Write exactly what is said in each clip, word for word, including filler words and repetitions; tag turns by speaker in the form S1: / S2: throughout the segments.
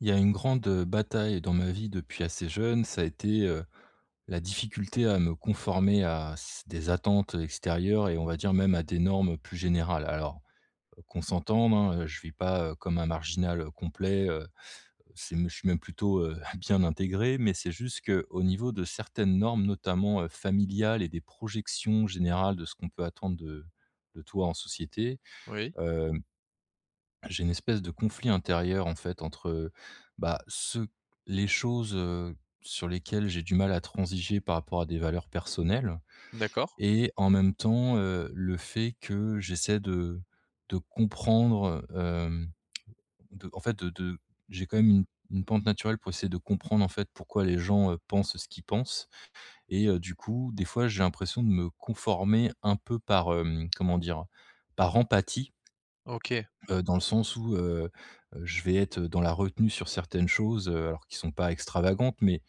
S1: Il y a une grande, heu, bataille dans ma vie depuis assez jeune, ça a été, heu, la difficulté à me conformer à s des attentes extérieures et on va dire même à des normes plus générales. Alors, heu, qu'on s'entende, hein, heu, je ne vis pas, heu, comme un marginal, heu, complet, heu, c'est je suis même plutôt, heu, bien intégré, mais c'est juste qu'au niveau de certaines normes, notamment, heu, familiales et des projections générales de ce qu'on peut attendre de de toi en société,
S2: Oui,
S1: j'ai une espèce de conflit intérieur en fait entre, bah, ce les choses, heu, sur lesquelles j'ai du mal à transiger par rapport à des valeurs personnelles
S2: d'accord,
S1: et en même temps, heu, le fait que j'essaie de de comprendre, hem, de en fait de de j'ai quand même une une pente naturelle pour essayer de comprendre en fait pourquoi les gens, heu, pensent ce qu'ils pensent et heu, du coup, des fois j'ai l'impression de me conformer un peu par, hem, comment dire? Par empathie.
S2: OK,
S1: Heu, dans le sens où, heu, heu, je vais être dans la retenue sur certaines choses, heu, alors qui sont pas extravagantes, mais,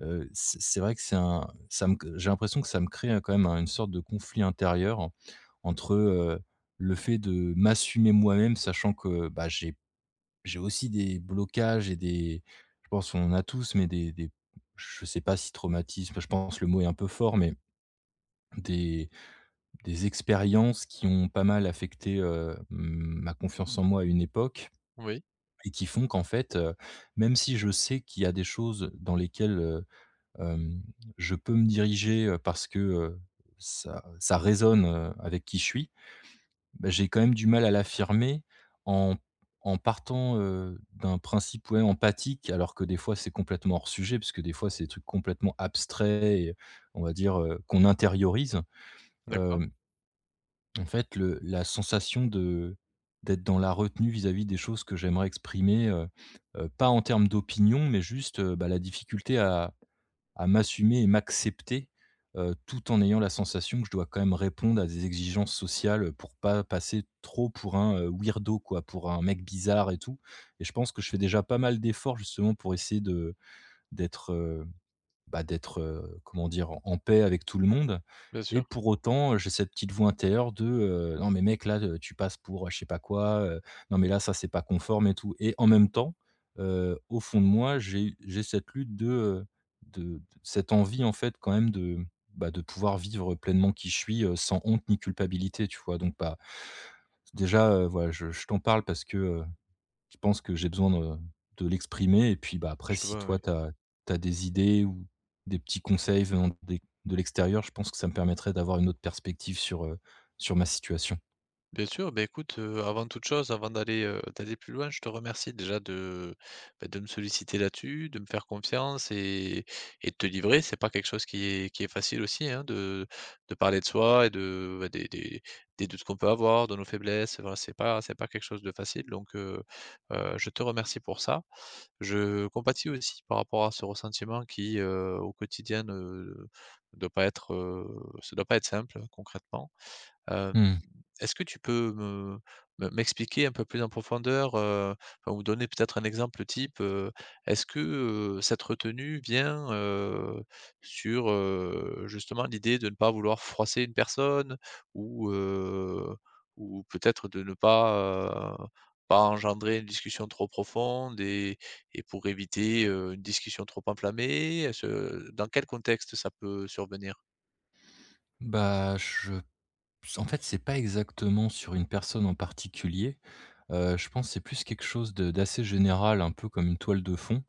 S1: heu, c'est c'est vrai que c'est un ça me j'ai l'impression que ça me crée euh, quand même un une sorte de conflit intérieur en- entre, heu, le fait de m'assumer moi-même, sachant que, bah, j'ai j'ai aussi des blocages et des je pense qu'on en a tous, mais des des je sais pas si traumatisme, je pense le mot est un peu fort, mais des des expériences qui ont pas mal affecté, heu, ma confiance en moi à une époque
S2: oui,
S1: et qui font qu'en fait, heu, même si je sais qu'il y a des choses dans lesquelles, heu, hem, je peux me diriger, heu, parce que, heu, ça ça résonne, heu, avec qui je suis, bah, j'ai quand même du mal à l'affirmer en en partant, heu, d'un principe, ouais, empathique alors que des fois c'est complètement hors sujet parce que des fois c'est des trucs complètement abstraits et on va dire, heu, qu'on intériorise,
S2: d'accord,
S1: hem en fait, le la sensation de d'être dans la retenue vis-à-vis des choses que j'aimerais exprimer, heu heu, pas en termes d'opinion, mais juste, heu, bah, la difficulté à à m'assumer et m'accepter, heu, tout en ayant la sensation que je dois quand même répondre à des exigences sociales, pour pas passer trop pour un, heu, weirdo quoi, pour un mec bizarre et tout et je pense que je fais déjà pas mal d'efforts justement pour essayer de d'être, heu bah, d'être, heu, comment dire? En en paix avec tout le monde.
S2: bien
S1: Et
S2: sûr,
S1: pour autant, j'ai cette petite voix intérieure de, heu: «Non mais mec là, heu, tu passes pour, heu, je sais pas quoi, heu, non mais là ça c'est pas conforme et tout» et en même temps, heu, au fond de moi, j'ai j'ai cette lutte de, heu, de de- cette envie en fait quand même de, bah, de pouvoir vivre pleinement qui je suis, heu, sans honte ni culpabilité, tu vois? Donc bah, déjà, heu, voilà je je t'en parle parce que, heu je pense que j'ai besoin de de l'exprimer et puis, bah, après
S2: je
S1: si
S2: vois,
S1: toi
S2: oui.
S1: tu as des idées ou des petits conseils venant des de l'extérieur, je pense que ça me permettrait d'avoir une autre perspective sur, heu, sur ma situation.
S2: Bien sûr, beh, écoute, heu, avant toute chose, avant d'aller, heu, d'aller plus loin, je te remercie déjà de, bah, de me solliciter là-dessus, de me faire confiance et et de te livrer. C'est pas quelque chose qui est qui est facile aussi, hein, de de parler de soi et de, bah, des des des doutes qu'on peut avoir, de nos faiblesses, voilà, c'est pas c'est pas quelque chose de facile donc heu heu, je te remercie pour ça. Je compatis aussi par rapport à ce ressentiment qui, heu, au quotidien ne doit pas être, heu, ça doit pas être simple concrètement. hem
S1: Mmh.
S2: est-ce que tu peux me me m'expliquer un peu plus en profondeur, heu, enfin ou donner peut-être un exemple type, heu, est-ce que, heu, cette retenue vient, heu, sur, heu, justement l'idée de ne pas vouloir froisser une personne ou, heu, ou peut-être de ne pas, heu, pas engendrer une discussion trop profonde et et pour éviter, heu, une discussion trop enflammée? Est-ce, dans quel contexte ça peut survenir?
S1: Bah, je En fait, c'est pas exactement sur une personne en particulier, heu, je pense que c'est plus quelque chose de d'assez général, un peu comme une toile de fond,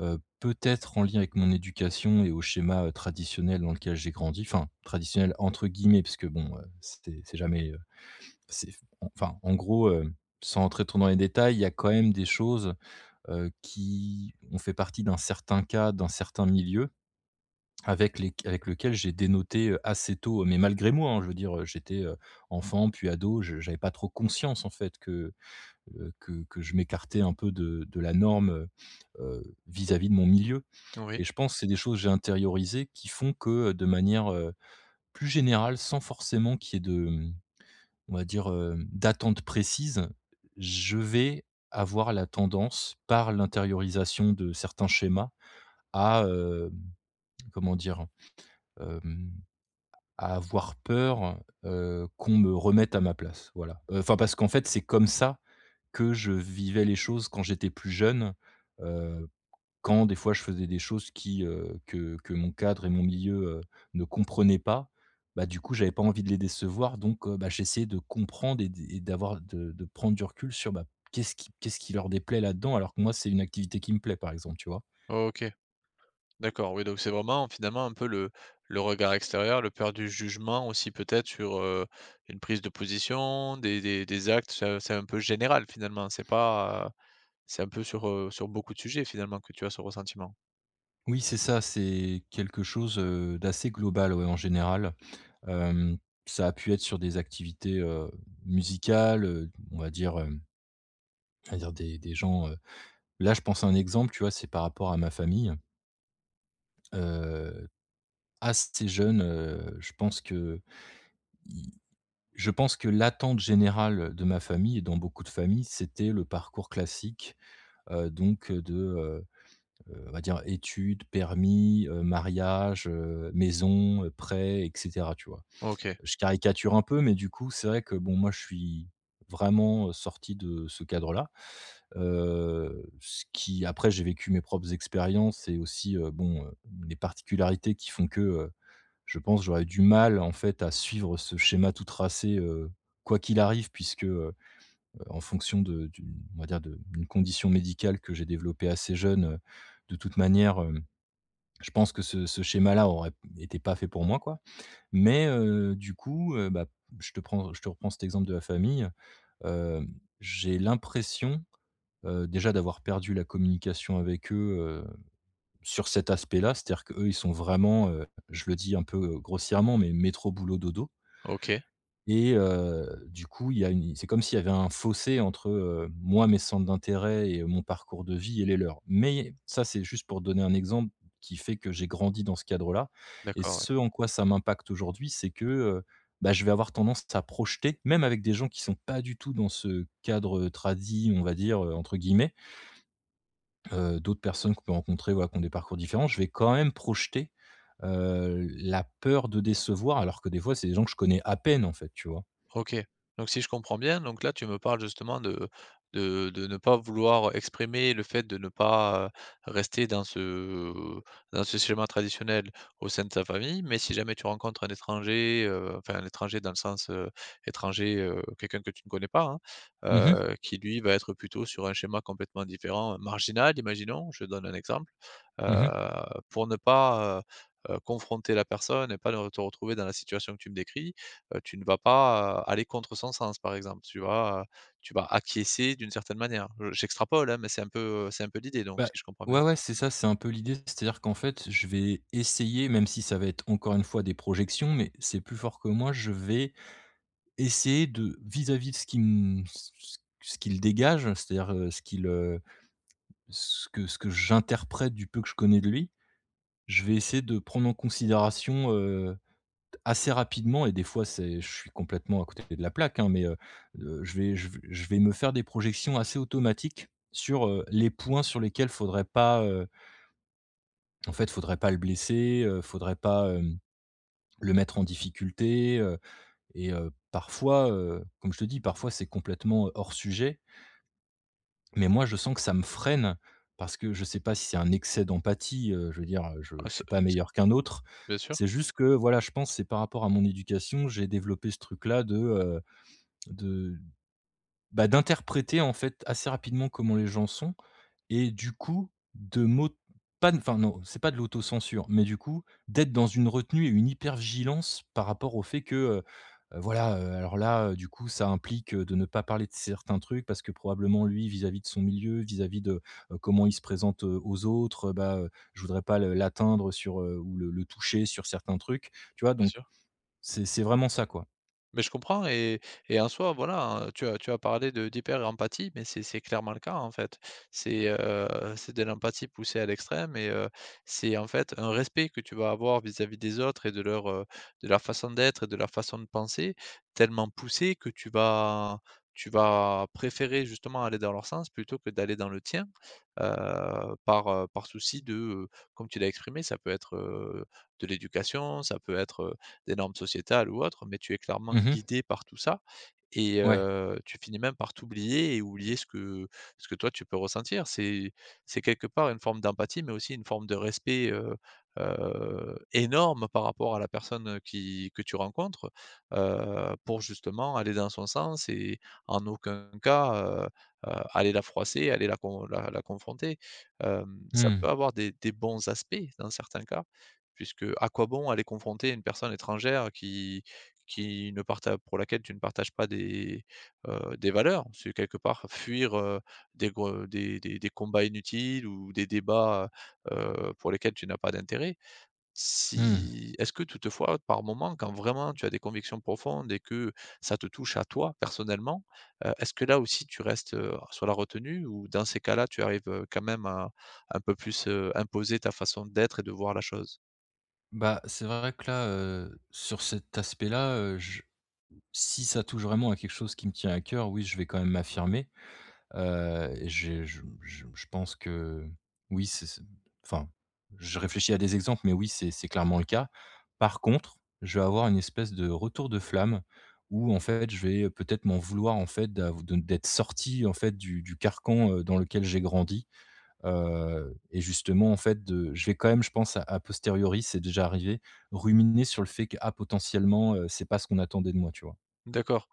S1: heu, peut-être en lien avec mon éducation et au schéma, heu, traditionnel dans lequel j'ai grandi, enfin «traditionnel» entre guillemets, parce que bon, heu, c'était c'est jamais, heu, c'est enfin, en gros, heu, sans rentrer trop dans les détails, il y a quand même des choses, heu, qui ont fait partie d'un certain cadre, d'un certain milieu avec les avec lequel j'ai dénoté, heu, assez tôt, mais malgré moi, hein. Je veux dire, heu, j'étais, heu, enfant puis ado, je j'avais pas trop conscience en fait que, heu, que que je m'écartais un peu de de la norme, heu heu, vis-à-vis de mon milieu et
S2: Oui,
S1: je pense que c'est des choses que j'ai intériorisées qui font que, heu, de manière, heu, plus générale, sans forcément qu'il y ait de, mmh, on va dire, heu, d'attente précise, je vais avoir la tendance, par l'intériorisation de certains schémas à, heu, comment dire? À avoir peur, heu, qu'on me remette à ma place, voilà. Enfin, parce qu'en fait, c'est comme ça que je vivais les choses quand j'étais plus jeune, heu, quand des fois je faisais des choses qui, heu, que que mon cadre et mon milieu, heu, ne comprenaient pas, bah, du coup, j'avais pas envie de les décevoir donc heu, bah, j'essayais de comprendre et d et d'avoir de de prendre du recul sur, bah, qu'est-ce qui qu'est-ce qui leur déplaît là-dedans? Alors que moi, c'est une activité qui me plaît, par exemple, tu vois?
S2: OK. D'accord, oui, donc c'est vraiment finalement un peu le le regard extérieur, le peur du jugement aussi peut-être sur, heu, une prise de position, des des des actes, c'est c'est un peu général finalement, c'est pas, heu, c'est un peu sur, heu, sur beaucoup de sujets finalement que tu as ce ressentiment?
S1: Oui, c'est ça, c'est quelque chose, heu, d'assez global, ouais, en général. Hem, ça a pu être sur des activités, heu, musicales, heu, on va dire, hem, on va dire des des gens, heu là, je pense à un exemple, tu vois? C'est par rapport à ma famille, heu, assez jeune, heu, je pense que je pense que l'attente générale de ma famille et dans beaucoup de familles, c'était le parcours classique, heu, donc heu, de, heu heu, on va dire études, permis, heu, mariage, heu, maison, heu, prêt et cetera, tu vois?
S2: OK,
S1: Je caricature un peu, mais du coup, c'est vrai que bon, moi, je suis vraiment, heu, sorti de ce cadre-là. Heu, ce qui après, j'ai vécu mes propres expériences et aussi, heu, bon, heu, les particularités qui font que, heu, je pense, que j'aurais du mal, en fait, à suivre ce schéma tout tracé, heu, quoi qu'il arrive puisque, heu, en fonction de d'une on va dire de d'une condition médicale que j'ai développée assez jeune, heu, de toute manière, hem, je pense que ce ce schéma-là aurait été pas fait pour moi, quoi. Mais heu, du coup, heu, bah, je te prends je te reprends cet exemple de la famille, hem, j'ai l'impression, heu, déjà d'avoir perdu la communication avec eux, heu, sur cet aspect-là. C'est-à-dire qu'eux, ils sont vraiment, heu, je le dis un peu grossièrement, mais métro boulot dodo.
S2: OK,
S1: Et heu, du coup, il y a une c'est comme s'il y avait un fossé entre, heu, moi, mes centres d'intérêt et mon parcours de vie et les leurs. Mais ça, c'est juste pour donner un exemple qui fait que j'ai grandi dans ce cadre-là et
S2: d'accord, ouais.
S1: ce en quoi ça m'impacte aujourd'hui, c'est que, heu, bah, je vais avoir tendance à projeter, même avec des gens qui sont pas du tout dans ce cadre, heu, on va dire, heu, entre guillemets, heu, d'autres personnes qu'on peut rencontrer, voilà, qui ont des parcours différents, je vais quand même projeter, heu, la peur de décevoir alors que des fois, c'est des gens que je connais à peine, en fait, tu vois?
S2: OK. Donc si je comprends bien, donc là tu me parles justement de de de ne pas vouloir exprimer le fait de ne pas, heu, rester dans ce dans ce schéma traditionnel au sein de sa famille, mais si jamais tu rencontres un étranger, heu, enfin un étranger dans le sens, heu, étranger, heu, quelqu'un que tu ne connais pas, hein,
S1: Mmh mh.
S2: heu, qui lui va être plutôt sur un schéma complètement différent, marginal, imaginons, je donne un exemple,
S1: Mmh mh.
S2: heu, pour ne pas, heu heu, confronter la personne et pas le te retrouver dans la situation que tu me décris. Heu, tu ne vas pas, heu, aller contre son sens, par exemple. Tu vas, heu, tu vas acquiescer d'une certaine manière. Je j'extrapole, hein, mais c'est un peu, c'est un peu l'idée, donc
S1: Bah,
S2: si je comprends bien?
S1: ouais, ouais, c'est ça, c'est un peu l'idée. C'est-à-dire qu'en fait, je vais essayer, même si ça va être encore une fois des projections, mais c'est plus fort que moi, je vais essayer de vis-à-vis de ce qui me ce ce qu'il dégage, c'est-à-dire, heu, ce qu'il, heu, ce que ce que j'interprète du peu que je connais de lui, je vais essayer de prendre en considération, heu assez rapidement et des fois c'est je suis complètement à côté de la plaque, hein, mais heu heu, je vais je v je vais me faire des projections assez automatiques sur, heu, les points sur lesquels faudrait pas, heu, en fait, faudrait pas le blesser, heu, faudrait pas, hem, le mettre en difficulté, heu et heu, parfois, heu, comme je te dis, parfois c'est complètement euh, hors sujet, mais moi je sens que ça me freine parce que je sais pas si c'est un excès d'empathie, heu, je veux dire, je
S2: Ah
S1: je
S2: ce
S1: suis pas meilleur qu'un autre.
S2: bien sûr,
S1: C'est juste que voilà, je pense que c'est par rapport à mon éducation, j'ai développé ce truc là de, heu De bah, d'interpréter, en fait, assez rapidement comment les gens sont et du coup, de m'au pas de enfin non, c'est pas de l'autocensure, mais du coup, d'être dans une retenue et une hypervigilance par rapport au fait que, heu heu, voilà, heu, alors là, heu, du coup, ça implique, heu, de ne pas parler de certains trucs parce que probablement lui, vis-à-vis de son milieu, vis-à-vis de, heu, comment il se présente, heu, aux autres, heu, bah, heu, je voudrais pas le l'atteindre sur, heu, ou le le toucher sur certains trucs, tu vois?
S2: bien
S1: Donc
S2: sûr.
S1: c'est c'est vraiment ça, quoi.
S2: Mais je comprends et et en soi, voilà, heu, tu as tu as parlé de d'hyper-empathie, mais c'est c'est clairement le cas, en fait. C'est, heu, c'est de l'empathie poussée à l'extrême et heu, c'est, en fait, un respect que tu vas avoir vis-à-vis des autres et de leur, heu, de leur façon d'être et de leur façon de penser, tellement poussé que tu vas tu vas préférer justement aller dans leur sens plutôt que d'aller dans le tien, heu, par, heu, par souci de, heu, comme tu l'as exprimé, ça peut être, heu, de l'éducation, ça peut être, euh, des normes sociétales ou autres, mais tu es clairement
S1: Mmh.
S2: guidé par tout ça et
S1: Ouais.
S2: heu, tu finis même par t'oublier et oublier ce que ce que toi tu peux ressentir. C'est c'est quelque part une forme d'empathie, mais aussi une forme de respect, heu heu, énorme par rapport à la personne, qui que tu rencontres, heu, pour justement aller dans son sens et en aucun cas, heu heu, aller la froisser, aller la con la la confronter. Hem, ça
S1: Mmh.
S2: peut avoir des des bons aspects dans certains cas, puisque à quoi bon aller confronter une personne étrangère qui qui ne partage, pour laquelle tu ne partages pas des, heu, des valeurs? C'est quelque part fuir, heu, des gr des des des combats inutiles ou des débats, heu, pour lesquels tu n'as pas d'intérêt.
S1: Mmh.
S2: Si est-ce que toutefois, par moment, quand vraiment tu as des convictions profondes et que ça te touche à toi personnellement, heu, est-ce que là aussi tu restes, heu, sur la retenue ou dans ces cas-là, tu arrives, heu, quand même à un peu plus, heu, imposer ta façon d'être et de voir la chose?
S1: Bah, c'est vrai que là, heu, sur cet aspect-là, heu, je si ça touche vraiment à quelque chose qui me tient à cœur, oui, je vais quand même m'affirmer, heu et j'ai je je je pense que oui, c'est c'est enfin, je réfléchis à des exemples, mais oui, c'est c'est clairement le cas. Par contre, je vais avoir une espèce de retour de flamme où, en fait, je vais peut-être m'en vouloir, en fait, d'av de d'être sorti, en fait, du du carcan, heu, dans lequel j'ai grandi. Heu et justement, en fait, de je vais quand même, je pense, à à posteriori, c'est déjà arrivé, ruminer sur le fait que: «Ah, potentiellement, heu, c'est pas ce qu'on attendait de moi», tu vois?
S2: D'accord.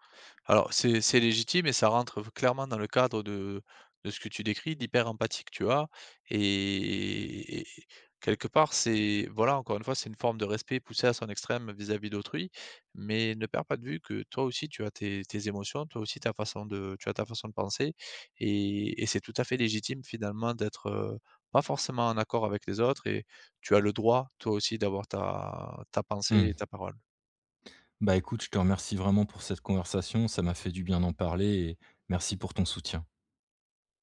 S2: Alors, c'est c'est légitime et ça rentre v clairement dans le cadre de de ce que tu décris, dhyper empathique tu as et et quelque part, c'est voilà, encore une fois, c'est une forme de respect poussé à son extrême vis-à-vis d'autrui, mais ne perds pas de vue que toi aussi, tu as tes tes émotions, toi aussi ta façon de tu as ta façon de penser et et c'est tout à fait légitime finalement d'être, heu, pas forcément en accord avec les autres et tu as le droit, toi aussi, d'avoir ta ta pensée et
S1: Mmh.
S2: ta parole.
S1: Bah, écoute, je te remercie vraiment pour cette conversation, ça m'a fait du bien d'en parler et merci pour ton soutien.